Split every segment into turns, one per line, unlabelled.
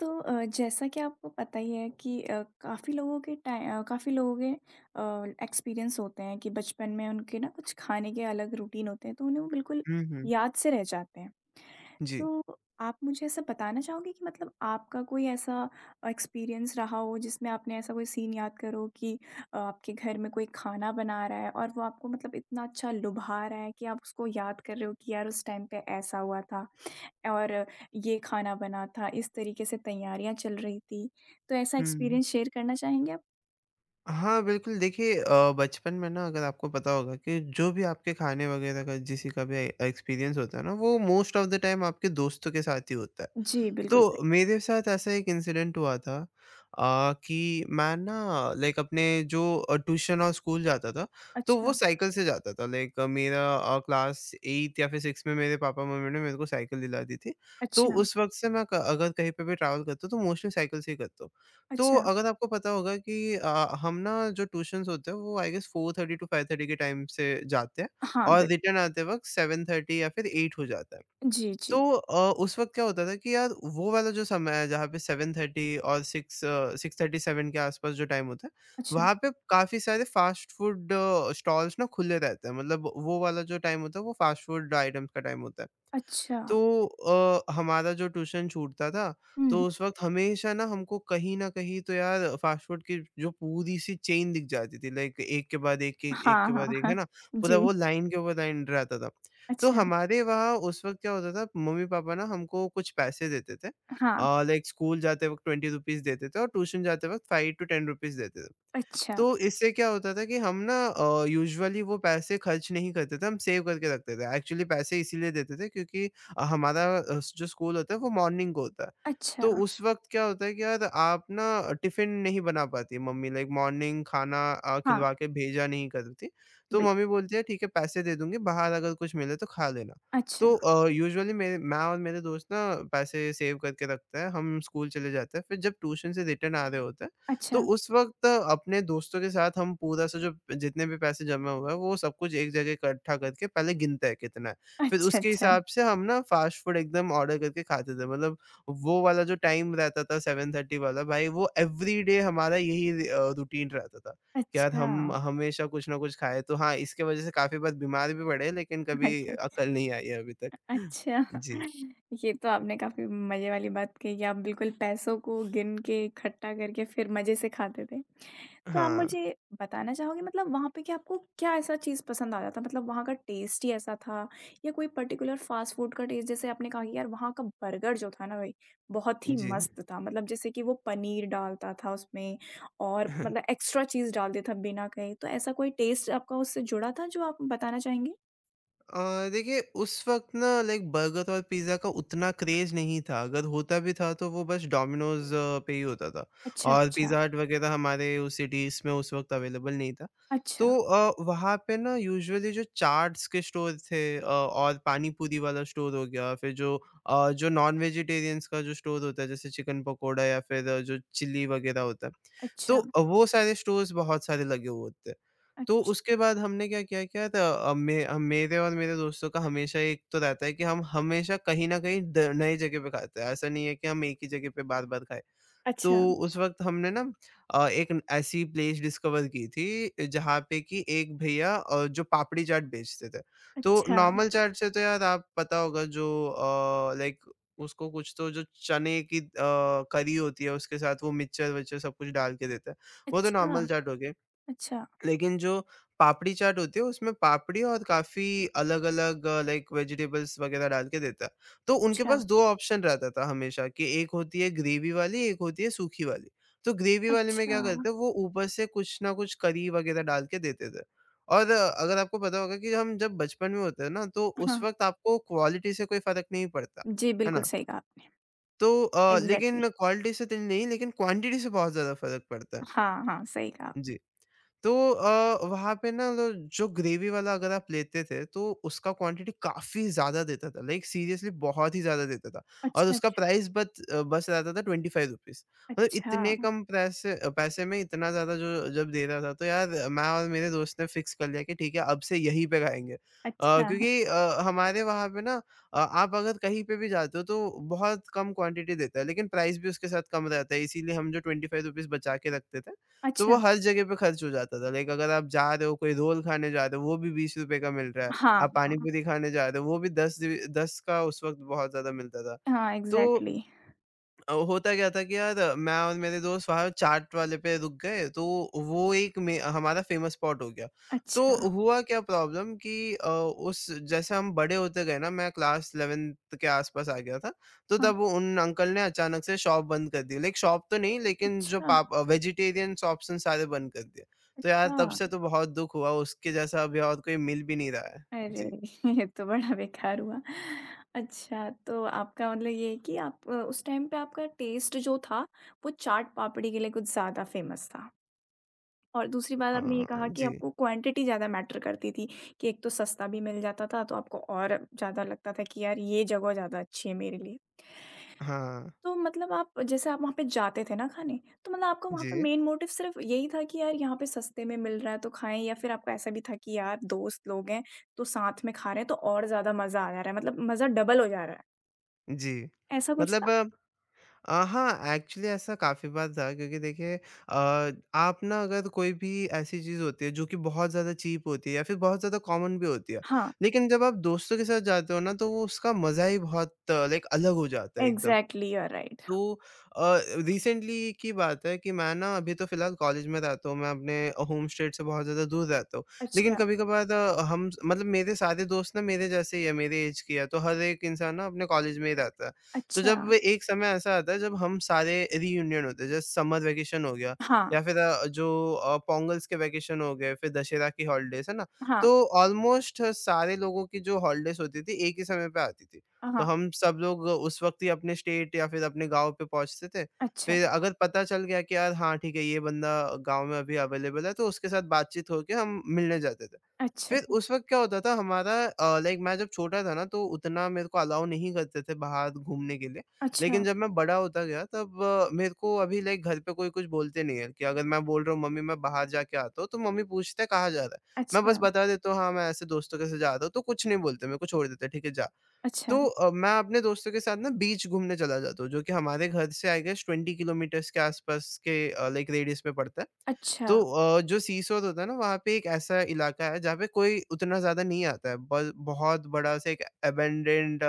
तो जैसा कि आपको पता ही है कि काफ़ी लोगों के टाइ काफ़ी लोगों के एक्सपीरियंस होते हैं कि बचपन में उनके ना कुछ खाने के अलग रूटीन होते हैं तो उन्हें वो बिल्कुल
हुँ, हुँ।
याद से रह जाते हैं।
जी।
तो आप मुझे ऐसा बताना चाहोगे कि मतलब आपका कोई ऐसा एक्सपीरियंस रहा हो जिसमें आपने ऐसा कोई सीन याद करो कि आपके घर में कोई खाना बना रहा है और वो आपको मतलब इतना अच्छा लुभा रहा है कि आप उसको याद कर रहे हो कि यार उस टाइम पे ऐसा हुआ था और ये खाना बना था, इस तरीके से तैयारियाँ चल रही थी। तो ऐसा
हुँ।
एक्सपीरियंस शेयर करना चाहेंगे आप?
हाँ, बिल्कुल देखिए बचपन में ना अगर आपको पता होगा कि जो भी आपके खाने वग़ैरह का जिसी का भी एक्सपीरियंस होता है ना, वो मोस्ट ऑफ़ द टाइम आपके दोस्तों के साथ ही होता है।
जी, बिल्कुल
तो
सही।
मेरे साथ ऐसा एक इंसिडेंट हुआ था कि मैं ना लाइक अपने जो ट्यूशन और स्कूल जाता था, तो वो
अच्छा,
साइकिल से जाता था। लाइक मेरा क्लास 8 या फिर 6 में मेरे पापा-मम्मी ने मेरे को साइकिल दिला दी थी। तो
अच्छा,
उस वक़्त से मैं क अगर कहीं पे भी ट्रैवल करता हूँ, तो मोस्टली साइकिल से ही करता हूँ। तो
अच्छा।
अगर आपको पता होगा कि हम ना जो ट्यूशन्स होते हैं, वो आई गेस 4:30 टू 5:30 के टाइम से जाते हैं
हाँ,
और
बिल।
रिटर्न आते वक़्त 7:30 या फिर 8 हो जाता है।
जी,
तो
जी।
उस वक़्त क्या होता था कि यार वो वाला जो समय है जहाँ पे 7:30 और 6:37 के आस-पास जो टाइम होता है,
अच्छा,
वहाँ पे काफ़ी सारे फ़ास्ट फ़ूड स्टॉल्स ना खुले रहते हैं। मतलब वो वाला जो टाइम होता है वो फ़ास्ट फ़ूड आइटम्स का टाइम होता है।
अच्छा।
तो हमारा जो ट्यूशन छूटता था, तो
हुँ।
उस वक़्त हमेशा ना हमको कहीं न कहीं तो यार फ़ास्ट फ़ूड की जो पूरी सी चेन दिख जाती थी, लाइक एक के बाद एक, एक
हाँ,
के बाद
हाँ,
एक, है
हाँ।
ना? पूरा
जी,
वो लाइन के ऊपर लाइन रहता था। तो
अच्छा।
हमारे वहाँ उस वक़्त क्या होता था, मम्मी-पापा ना हमको कुछ पैसे देते थे
हाँ,
लाइक स्कूल जाते वक़्त ₹20 देते थे और ट्यूशन जाते वक़्त ₹5 टू ₹10 देते थे।
अच्छा,
तो इससे क्या होता था कि हम ना यूजुअली वो पैसे खर्च नहीं करते थे, हम सेव करके रखते थे। एक्चुअली पैसे इसीलिए देते थे क्योंकि हमारा जो स्कूल होता है वो मॉर्निंग को होता है।
अच्छा।
तो उस वक़्त क्या होता है कि यार आप ना टिफ़िन नहीं बना पाती मम्मी लाइक मॉर्निंग खाना
हाँ,
खिलवा के भेजा नहीं करती। तो
बिल्कुल।
मम्मी बोलती है ठीक है पैसे दे दूँगी बाहर अगर कुछ मिले तो खा लेना।
अच्छा,
तो यूजुअली मेरे मैं और मेरे दोस्त ना पैसे सेव करके रखते हैं, हम स्कूल चले जाते हैं, फिर जब ट्यूशन से रिटर्न आ रहे होते हैं तो
अच्छा,
उस वक़्त अपने दोस्तों के साथ हम पूरा सा जो जितने भी पैसे जमा हुआ है, वो सब कुछ एक जगह इकट्ठा करके पहले गिनते हैं कितना है। फिर
अच्छा,
उसके
अच्छा।
हिसाब से हम ना फ़ास्ट फूड एकदम ऑर्डर करके खाते थे। मतलब वो वाला जो टाइम रहता था 7:30 वाला भाई वो एवरीडे हमारा यही रूटीन रहता था कि यार
अच्छा,
हम हमेशा कुछ ना कुछ खाएँ। तो हाँ, इसके वज़ह से काफ़ी बार बीमार भी पड़े लेकिन कभी
अच्छा, अच्छा,
अकल नहीं आई है अभी तक।
अच्छा।
जी।
ये तो आपने काफ़ी मज़े वाली बात कही कि आप बिल्कुल पैसों को गिन के इकट्ठा करके फिर मज़े से खाते थे। तो आप
हाँ।
मुझे बताना चाहोगे मतलब वहाँ पे कि आपको क्या ऐसा चीज़ पसंद आया था? मतलब वहाँ का टेस्ट ही ऐसा था या कोई पर्टिकुलर फ़ास्ट फ़ूड का टेस्ट जैसे आपने कहा कि यार वहाँ का बर्गर जो था ना भाई, बहुत ही
जी।
मस्त था। मतलब जैसे कि वो पनीर डालता था उसमें और मतलब एक्स्ट्रा चीज़ डाल देता था बिना कहे। तो ऐसा कोई टेस्ट आपका उससे जुड़ा था जो आप बताना चाहेंगे?
देखिए उस वक़्त ना लाइक बर्गर और पिज़्ज़ा का उतना क्रेज़ नहीं था, अगर होता भी था तो वो बस डोमिनोज़ पे ही होता था
अच्छा,
और
अच्छा।
पिज़्ज़ा हट वग़ैरह हमारे उस सिटीज़ में उस वक़्त अवेलेबल नहीं था। तो
अच्छा,
वहाँ पे ना यूजुअली जो चाट्स के स्टोर थे और पानी पूरी वाला स्टोर हो गया, फिर जो नॉन वेजिटेरियंस का जो स्टोर होता है जैसे चिकन पकोड़ा या फिर जो चिल्ली वग़ैरह होता है, तो
अच्छा,
वो सारे स्टोर्स बहुत सारे लगे हुए होते हैं। तो
अच्छ
उसके बाद हमने क्या था मेरे और मेरे दोस्तों का हमेशा एक तो रहता है कि हम हमेशा कहीं न कहीं द नई जगह पे खाते हैं। ऐसा नहीं है कि हम एक ही जगह पे बार-बार खाएँ। तो
अच्छा।
उस वक़्त हमने ना एक ऐसी प्लेस डिस्कवर की थी जहाँ पे कि एक भैया जो पापड़ी चाट बेचते थे। तो
अच्छा,
नॉर्मल चाट से तो यार आप पता होगा जो लाइक उसको कुछ तो जो चने की करी होती है उसके साथ वो मिक्सचर-विक्सचर सब कुछ डाल के देता है। वो तो
अच्छा,
नॉर्मल चाट हो गई।
अच्छा,
लेकिन जो पापड़ी चाट होती है उसमें पापड़ी और काफ़ी अलग-अलग लाइक वेजिटेबल्स वग़ैरह डाल के देता है। तो उनके
अच्छा,
पास 2 ऑप्शन रहता था हमेशा कि एक होती है ग्रेवी वाली, एक होती है सूखी वाली। तो ग्रेवी वाले में
अच्छा।
क्या करते हैं वो ऊपर से कुछ ना कुछ करी वग़ैरह डाल के देते थे। और अगर आपको पता होगा कि हम जब बचपन में होते हैं ना तो उस
हाँ,
वक़्त आपको क्वालिटी से कोई फ़र्क नहीं पड़ता,
जी,
है
बिल्कुल
ना?
सही कहा आपने।
तो
एग्ज़ैक्टली
लेकिन क्वालिटी से तो नहीं लेकिन क्वांटिटी से बहुत ज़्यादा फ़र्क पड़ता है।
हाँ, हाँ, सही कहा आपने।
जी। तो वहाँ पे ना लो जो ग्रेवी वाला अगर आप लेते थे तो उसका क्वांटिटी काफ़ी ज़्यादा देता था, लाइक सीरियसली बहुत ही ज़्यादा देता था और
अच्छा,
उसका
अच्छा,
प्राइस बस रहता था ₹25 मतलब
अच्छा,
इतने कम पैसे पैसे में इतना ज़्यादा जो जब दे रहा था तो यार मैं और मेरे दोस्त ने फिक्स कर लिया कि ठीक है अब से यहीं पे खाएँगे।
अच्छा,
क्योंकि हमारे वहाँ पे ना आप अगर कहीं पे भी जाते हो तो बहुत कम क्वांटिटी देता है लेकिन प्राइस भी उसके साथ कम रहता है इसीलिए हम जो ₹25 बचा के रखते थे तो वो
अच्छा।
हर जगह पे खर्च हो जाता था। लाइक अगर आप जा रहे हो, कोई रोल खाने जा रहे हो, वो भी ₹20 का मिल रहा है।
हाँ,
आप पानी
हाँ,
पूरी खाने जा रहे हो, वो भी 10 का उस वक़्त बहुत ज़्यादा मिलता था।
हाँ,
तो
एग्ज़ैक्टली।
होता क्या था कि यार मैं और मेरे दोस्त वहाँ चाट वाले पे रुक गए तो वो एक में हमारा फ़ेमस स्पॉट हो गया। तो
अच्छा,
हुआ क्या प्रॉब्लम कि अ, उस जैसे हम बड़े होते गए ना मैं क्लास 11th के आस-पास आ गया था। तो
हाँ,
तब वो उन अंकल ने अचानक से शॉप बंद कर दी। लाइक शॉप तो नहीं लेकिन जो
अच्छा,
पाप वेजिटेरियन शॉप्स हैं सारे बंद कर दिए। तो यार
अच्छा।
तब से तो बहुत दुःख हुआ उसके जैसा अभी और कोई मिल भी नहीं रहा है।
अरे!
जी।
ये तो बड़ा बेकार हुआ। अच्छा, तो आपका मतलब ये है कि आप उस टाइम पे आपका टेस्ट जो था, वो चाट पापड़ी के लिए कुछ ज़्यादा फ़ेमस था। और दूसरी बात आपने ये
हाँ,
कहा कि
जी।
आपको क्वांटिटी ज़्यादा मैटर करती थी, कि एक तो सस्ता भी मिल जाता था तो आपको और ज़्यादा लगता था कि यार ये जगह ज़्यादा अच्छी है मेरे लिए।
हाँ,
तो मतलब आप जैसे आप वहाँ पे जाते थे ना खाने, तो मतलब आपका वहाँ पे
जी,
मेन मोटिव सिर्फ़ यही था कि यार यहाँ पे सस्ते में मिल रहा है तो खाएँ या फिर आपका ऐसा भी था कि यार दोस्त लोग हैं, तो साथ में खा रहे हैं तो और ज़्यादा मज़ा आ जा रहा है मतलब मज़ा डबल हो जा रहा है,
जी।
ऐसा कुछ था?
मतलब हाँ, एक्चुअली ऐसा काफ़ी बार था क्योंकि देखिए आप ना अगर कोई भी ऐसी चीज़ होती है जो कि बहुत ज़्यादा चीप होती है या फिर बहुत ज़्यादा कॉमन भी होती है।
हाँ,
लेकिन जब आप दोस्तों के साथ जाते हो ना तो वो उसका मज़ा ही बहुत लाइक अलग हो जाता है एकदम।
Exactly you are right.
तो अ, रिसेंटली की बात है कि मैं ना अभी तो फ़िलहाल कॉलेज में रहता हूँ, मैं अपने होम स्टेट से बहुत ज़्यादा दूर रहता हूँ। लेकिन
अच्छा,
कभी-कभार हम मतलब मेरे सारे दोस्त ना मेरे जैसे ही है, मेरे ऐज के है, तो हर एक इंसान ना अपने कॉलेज में ही रहता है। तो
अच्छा।
जब एक समय ऐसा आता है जब हम सारे रियूनियन होते हैं, जैसे समर वैकेशन हो गया
हाँ,
या फिर पोंगल्स के वैकेशन हो गए, फिर दशहरा की हॉलीडेज़, है ना?
हाँ,
तो ऑलमोस्ट सारे लोगों की जो हॉलीडेज़ होती थी, एक ही समय पे आती थी। तो
हाँ।
हम सब लोग उस वक़्त ही अपने स्टेट या फिर अपने गाँव पे पहुँचते थे।
अच्छा,
फिर अगर पता चल गया कि यार हाँ, ठीक है ये बंदा गाँव में अभी अवेलेबल है तो उसके साथ बातचीत होके हम मिलने जाते थे।
अच्छा,
फिर उस वक़्त क्या होता था हमारा लाइक मैं जब छोटा था ना तो उतना मेरे को अलाउ नहीं करते थे बाहर घूमने के लिए। लेकिन
अच्छा।
जब मैं बड़ा होता गया तब मेरे को अभी लाइक घर पे कोई कुछ बोलते नहीं है कि अगर मैं बोल रहा हूँ मम्मी मैं बाहर जाके आता हूँ तो मम्मी पूछते हैं कहाँ जा रहा है? मैं बस
अच्छा,
बता देता हूँ हाँ, मैं ऐसे दोस्तों के साथ जा रहा हूँ तो कुछ नहीं बोलते मेरे को छोड़ देते हैं ठीक है जा। तो
अच्छा,
मैं अपने दोस्तों के साथ ना बीच घूमने चला जाता हूँ, जो कि हमारे घर से आई गेस 20 किलोमीटर्स के आसपास के लाइक रेडियस में पड़ता है।
अच्छा,
तो जो सीसोद होता है ना, वहाँ पे एक ऐसा इलाका है जहाँ पे कोई उतना ज़्यादा नहीं आता है। ब बहुत बड़ा सा एक अबैंडन्ड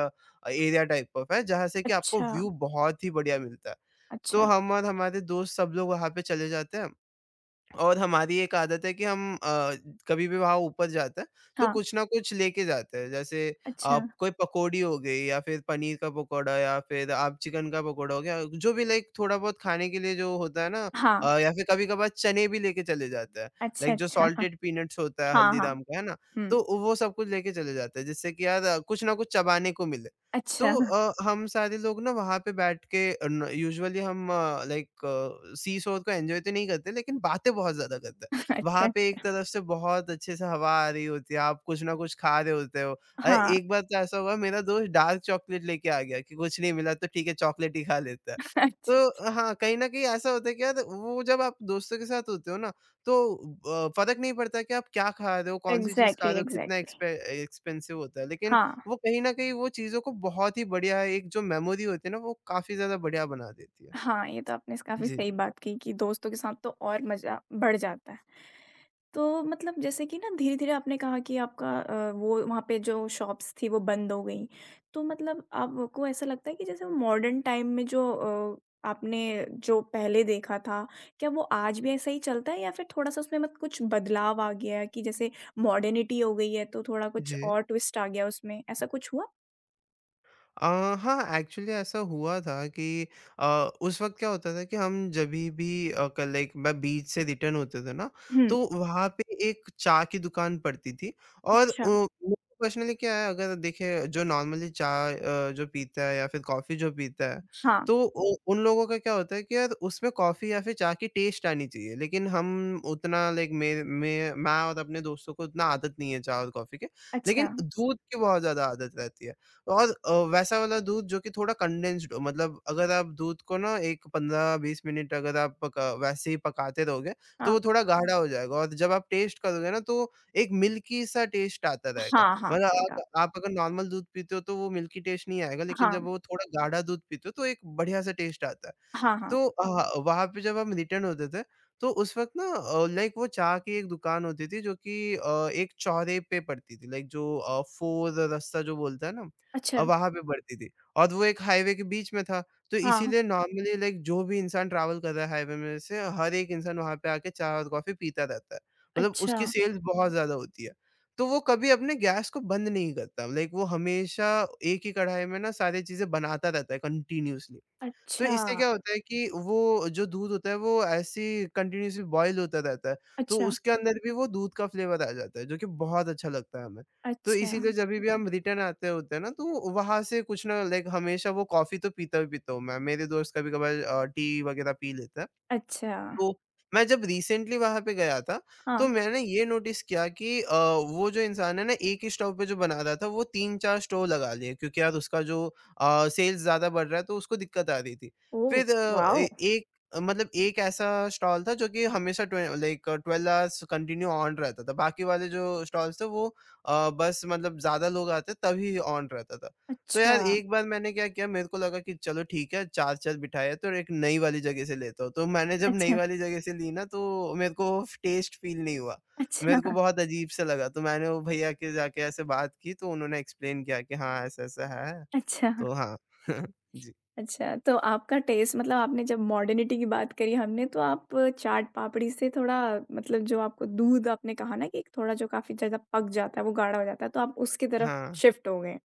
एरिया टाइप ऑफ है, जहाँ से कि आपको
अच्छा,
व्यू बहुत ही बढ़िया मिलता है। तो
अच्छा,
हम और हमारे दोस्त सब लोग वहाँ पे चले जाते हैं। और हमारी एक आदत है कि कभी भी वहाँ ऊपर जाते हैं, तो
हाँ,
कुछ ना कुछ लेके जाते हैं। जैसे
अच्छा,
कोई पकौड़ी हो गई या फिर पनीर का पकौड़ा या फिर आप चिकन का पकौड़ा हो गया, जो भी लाइक थोड़ा बहुत खाने के लिए जो होता है ना
हाँ,
या फिर कभी-कभार चने भी लेके चले जाते हैं।
अच्छा,
लाइक जो
अच्छा, हाँ,
सॉल्टेड पीनट्स होता है
हाँ, हाँ,
हल्दीराम का, है ना?
हुँ,
तो वो सब कुछ लेके चले जाते हैं जिससे कि यार कुछ ना कुछ चबाने को मिले। तो
अच्छा,
हम सारे लोग ना वहाँ पे बैठ के अ, न यूजुअली हम लाइक सी शोर को एन्जॉय तो नहीं करते लेकिन बातें बहुत ज़्यादा करते हैं। वहाँ
अच्छा,
पे एक तरफ से बहुत अच्छे से हवा आ रही होती है, आप कुछ ना कुछ खा रहे होते हो। अरे!
हाँ,
एक बार तो ऐसा हुआ, मेरा दोस्त डार्क चॉकलेट लेके आ गया कि कुछ नहीं मिला तो ठीक है चॉकलेट ही खा लेता है।
अच्छा,
तो हाँ, कहीं न कहीं ऐसा होता है कि यार वो जब आप दोस्तों के साथ होते हो ना, तो फ़र्क नहीं पड़ता कि आप क्या खा रहे हो, कौन-सी चीज़ खा
एग्ज़ैक्टली,
रहे हो, कितना
एग्ज़ैक्टली,
एक्सपेंसिव होता है। लेकिन
हाँ।
वो कहीं न कहीं वो चीज़ों को बहुत ही बढ़िया, एक जो मेमोरी होती है ना, वो काफ़ी ज़्यादा बढ़िया बना देती है।
हाँ, ये तो आपने स काफ़ी
जी,
सही बात की कि दोस्तों के साथ तो और मज़ा बढ़ जाता है। तो मतलब जैसे कि ना धीरे-धीरे आपने कहा कि आपका वो वहाँ पे जो शॉप्स थी वो बंद हो गई। तो मतलब आपको ऐसा लगता है कि जैसे मॉडर्न टाइम में जो आपने जो पहले देखा था, क्या वो आज भी ऐसा ही चलता है या फिर थोड़ा-सा उसमें मत कुछ बदलाव आ गया है कि जैसे मॉडर्निटी हो गई है तो थोड़ा कुछ
जी।
और ट्विस्ट आ गया उसमें, ऐसा कुछ हुआ?
अ, हाँ, एक्चुअली ऐसा हुआ था कि अ, उस वक़्त क्या होता था कि हम जभी भी अ, क लाइक मैं बीच से रिटर्न होते थे ना,
हुँ,
तो वहाँ पे एक चाय की दुकान पड़ती थी और
अच्छा।
पर्सनली क्या है अगर देखिए, जो नॉर्मली चाय जो पीता है या फिर कॉफ़ी जो पीता है,
हाँ,
तो उ उन लोगों का क्या होता है कि यार उसमें कॉफ़ी या फिर चाय की टेस्ट आनी चाहिए। लेकिन हम उतना लाइक मेर मैं और अपने दोस्तों को उतना आदत नहीं है चाय और कॉफ़ी की,
अच्छा।
लेकिन दूध की बहुत ज़्यादा आदत रहती है। और वैसा वाला दूध जो कि थोड़ा कंडेंस्ड हो, मतलब अगर आप दूध को ना एक 15-20 मिनट अगर आप पका वैसे ही पकाते रहोगे, तो
हाँ,
वो थोड़ा गाढ़ा हो जाएगा और जब आप टेस्ट करोगे ना, तो एक मिल्की सा टेस्ट आता रहेगा।
हाँ, हाँ,
मतलब
सही कहा।
आप अगर नॉर्मल दूध पीते हो तो वो मिल्की टेस्ट नहीं आएगा, लेकिन
हाँ,
जब वो थोड़ा गाढ़ा दूध पीते हो तो एक बढ़िया-सा टेस्ट आता है।
हाँ, हाँ।
तो वहाँ पे जब हम रिटर्न होते थे, तो उस वक़्त ना लाइक वो चाय की एक दुकान होती थी जो कि एक चौराहे पे पड़ती थी। लाइक जो फोर रास्ता जो बोलते हैं ना,
अच्छा,
वहाँ पे पड़ती थी और वो एक हाईवे के बीच में था। तो
हाँ,
इसीलिए नॉर्मली लाइक जो भी इंसान ट्रैवल कर रहा है हाईवे में से, हर एक इंसान वहाँ पे आके चाय और कॉफ़ी पीता रहता है। मतलब
अच्छा,
उसकी सेल्स बहुत ज़्यादा होती है। तो वो कभी अपने गैस को बंद नहीं करता। लाइक वो हमेशा एक ही कढ़ाई में ना सारी चीज़ें बनाता रहता है कंटीन्यूअसली। तो
अच्छा,
इससे क्या होता है कि वो जो दूध होता है वो ऐसे ही कंटिन्यूअसली बॉयल होता रहता है, तो
अच्छा,
उसके अंदर भी वो दूध का फ्लेवर आ जाता है, जो कि बहुत अच्छा लगता है हमें। तो
अच्छा,
इसीलिए जभी भी हम रिटर्न आते होते हैं ना, तो वहाँ से कुछ ना, लाइक हमेशा वो कॉफ़ी तो पीता ही पीता हूँ मैं, मेरे दोस्त कभी-कभार टी वगैरह पी लेते हैं।
अच्छा,
तो मैं जब रिसेंटली वहाँ पे गया था, तो
हाँ।
मैंने ये नोटिस किया कि वो जो इंसान है ना, एक ही स्टोव पे जो बना रहा था, वो 3-4 स्टोव लगा लिए क्योंकि यार उसका जो सेल्स ज़्यादा बढ़ रहा है तो उसको दिक्कत आ रही थी।
ओह!
फिर अ,
वॉव!
ए एक मतलब एक ऐसा स्टॉल था जो कि हमेशा ट्वे लाइक 12 आवर्स कंटिन्यू ऑन रहता था। बाकी वाले जो स्टॉल्स थे वो बस मतलब ज़्यादा लोग आते तभी ऑन रहता था। तो
अच्छा,
यार एक बार मैंने क्या किया, मेरे को लगा कि चलो ठीक है चार्जर बिठाया तो एक नई वाली जगह से लेता हूँ। तो मैंने जब नई
अच्छा,
वाली जगह से ली ना, तो मेरे को टेस्ट फील नहीं हुआ।
अच्छा,
मेरे को बहुत अजीब सा लगा, तो मैंने वो भैया के जाके ऐसे बात की तो उन्होंने एक्सप्लेन किया कि हाँ ऐसा-ऐसा है।
अच्छा,
तो हाँ। जी।
अच्छा। तो आपका टेस्ट मतलब आपने जब मॉडर्निटी की बात करी हमने तो आप चाट पापड़ी से थोड़ा मतलब जो आपको दूध आपने कहा ना कि थोड़ा जो काफ़ी ज़्यादा पक जाता है, वो गाढ़ा हो जाता है, तो आप उसकी तरफ
हाँ।
शिफ्ट हो गए।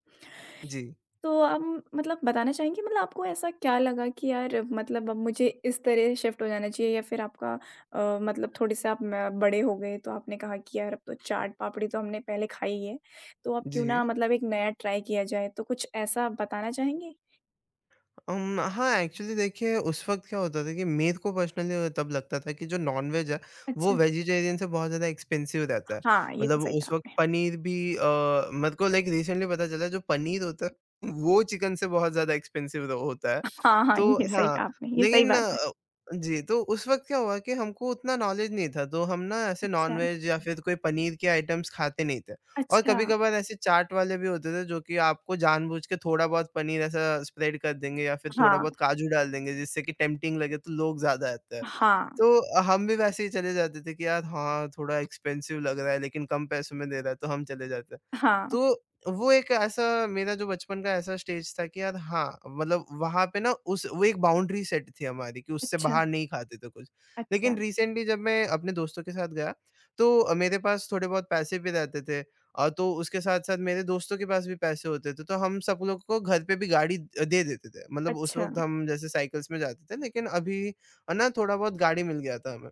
जी।
तो आप मतलब बताना चाहेंगे मतलब आपको ऐसा क्या लगा कि यार मतलब अब मुझे इस तरह शिफ्ट हो जाना चाहिए या फिर आपका मतलब थोड़े-से आप म बड़े हो गए तो आपने कहा कि यार अब तो चाट-पापड़ी तो हमने पहले खाई है, तो अब क्यों
जी।
ना मतलब एक नया ट्राई किया जाए, तो कुछ ऐसा बताना चाहेंगे?
हाँ, एक्चुअली देखिए उस वक़्त क्या होता था कि मेरे को पर्सनली तब लगता था कि जो नॉन-वेज है, वो
अच्छा।
वेजिटेरियन से बहुत ज़्यादा एक्सपेंसिव रहता है।
हाँ, ये तो
मतलब
सही
उस
कहा
वक़्त
आपने।
पनीर भी मेरे को लाइक रिसेंटली पता चला जो पनीर होता है, वो चिकन से बहुत ज़्यादा एक्सपेंसिव र होता है।
हाँ, हाँ,
तो
ये सही
हाँ,
कहा आपने, ये सही
लेकिन
बात है।
जी, तो उस वक़्त क्या हुआ कि हमको उतना नॉलेज नहीं था, तो हम ना ऐसे
अच्छा।
नॉन-वेज या फिर कोई पनीर के आइटम्स खाते नहीं थे। और
अच्छा,
कभी-कभार ऐसे चाट वाले भी होते थे जो कि आपको जानबूझ के थोड़ा बहुत पनीर ऐसा स्प्रेड कर देंगे या फिर थोड़ा
हाँ,
बहुत काजू डाल देंगे जिससे कि टेम्प्टिंग लगे तो लोग ज़्यादा आते हैं।
हाँ,
तो हम भी वैसे ही चले जाते थे कि यार हाँ, थोड़ा एक्सपेंसिव लग रहा है लेकिन कम पैसों में दे रहा है तो हम चले जाते हैं।
हाँ,
तो वो एक ऐसा मेरा जो बचपन का ऐसा स्टेज था कि यार हाँ, मतलब वहाँ पे ना उस वो एक बाउंड्री सेट थी हमारी कि उससे
अच्छा,
बाहर नहीं खाते थे कुछ।
अच्छा,
लेकिन रिसेंटली जब मैं अपने दोस्तों के साथ गया तो मेरे पास थोड़े बहुत पैसे भी रहते थे और तो उसके साथ-साथ मेरे दोस्तों के पास भी पैसे होते थे। तो हम सब लोग को घर पे भी गाड़ी दे देते थे। मतलब उस
अच्छा,
वक़्त हम जैसे साइकिल्स में जाते थे, लेकिन अभी और ना थोड़ा बहुत गाड़ी मिल गया था हमें।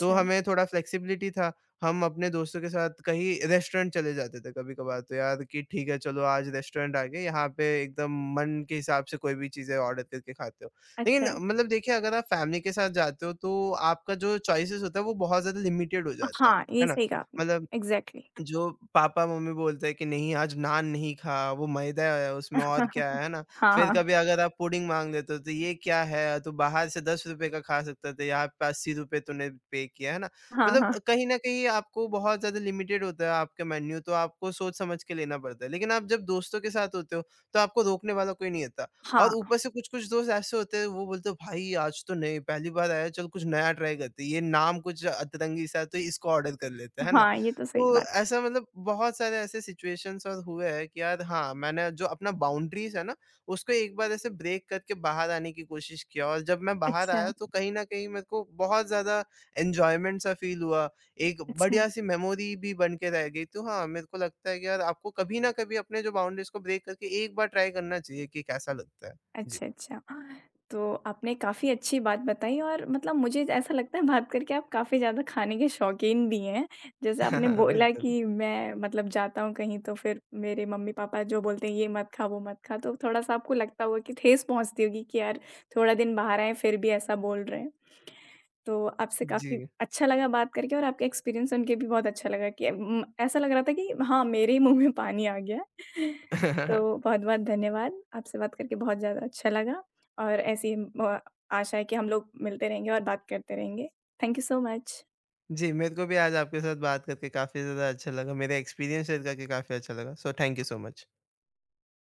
तो हमें थोड़ा फ्लेक्सिबिलिटी था, हम अपने दोस्तों के साथ कहीं रेस्टोरेंट चले जाते थे कभी-कभार, तो यार कि ठीक है चलो आज रेस्टोरेंट आ गए, यहाँ पे एकदम मन के हिसाब से कोई भी चीज़ें ऑर्डर करके खाते हो। लेकिन
अच्छा।
मतलब देखिए अगर आप फैमिली के साथ जाते हो तो आपका जो चॉइसेस होता है वो बहुत ज़्यादा लिमिटेड हो जाता
हाँ,
है
ये
ना?
सही कहा आपने,
मतलब
एग्ज़ैक्टली।
जो पापा-मम्मी बोलते हैं कि नहीं आज नान नहीं खा, वो मैदा है उसमें और क्या है ना?
हाँ,
फिर
हाँ।
कभी अगर आप पुडिंग माँग लेते हो तो ये क्या है? तू बाहर से ₹10 का खा सकता था, यहाँ पे ₹80 तूने पे किया, है ना?
हाँ,
मतलब
हाँ।
कहीं न कहीं आपको बहुत ज़्यादा लिमिटेड होता है आपका मेन्यू, तो आपको सोच समझ के लेना पड़ता है। लेकिन आप जब दोस्तों के साथ होते हो, तो आपको रोकने वाला कोई नहीं होता और
हाँ,
ऊपर से कुछ-कुछ दोस्त ऐसे होते हैं वो बोलते हैं भाई आज तो नहीं पहली बार आया, चल कुछ नया ट्राई करते हैं, ये नाम कुछ अतरंगी सा है तो इसको ऑर्डर कर लेते हैं, है ना?
हाँ, ये तो सही
तो
बात है।
ऐसा मतलब बहुत सारे ऐसे सिचुएशंस और हुए हैं कि यार हाँ, मैंने जो अपना बाउंड्रीज़ है ना, उसको एक बार ऐसे ब्रेक करके बाहर आने की कोशिश किया और जब मैं बाहर
अच्छा,
आया तो कहीं न कहीं मेरे को बहुत ज़्यादा एन्जॉयमेंट सा फ़ील हुआ। एक
अच्छा।
बढ़िया-सी मेमोरी भी बन के रह गई। तो हाँ, मेरे को लगता है कि यार आपको कभी न कभी अपने जो बाउंड्रीज़ को ब्रेक करके एक बार ट्राई करना चाहिए कि कैसा लगता है। जी।
अच्छा, अच्छा। तो आपने काफ़ी अच्छी बात बताई और मतलब मुझे ऐसा लगता है बात करके आप काफ़ी ज़्यादा खाने के शौकीन भी हैं। जैसे आपने बोला
बिल्कुल।
कि मैं मतलब जाता हूँ कहीं तो फिर मेरे मम्मी-पापा जो बोलते हैं ये मत खा, वो मत खा, तो थोड़ा-सा आपको लगता होगा कि ठेस पहुँचती होगी कि यार थोड़ा दिन बाहर आए फिर भी ऐसा बोल रहे हैं। तो आपसे काफ़ी
जी।
अच्छा लगा बात करके और आपका एक्सपीरियंस सुन के भी बहुत अच्छा लगा कि ऐसा लग रहा था कि हाँ, मेरे ही मुँह में पानी आ गया है। तो बहुत-बहुत धन्यवाद। आपसे बात करके बहुत ज़्यादा अच्छा लगा और ऐसी म आशा है कि हम लोग मिलते रहेंगे और बात करते रहेंगे। Thank you so much.
जी, मेरे को भी आज आपके साथ बात करके काफ़ी ज़्यादा अच्छा लगा। मेरा एक्सपीरियंस शेयर करके काफ़ी अच्छा लगा। So thank you so much.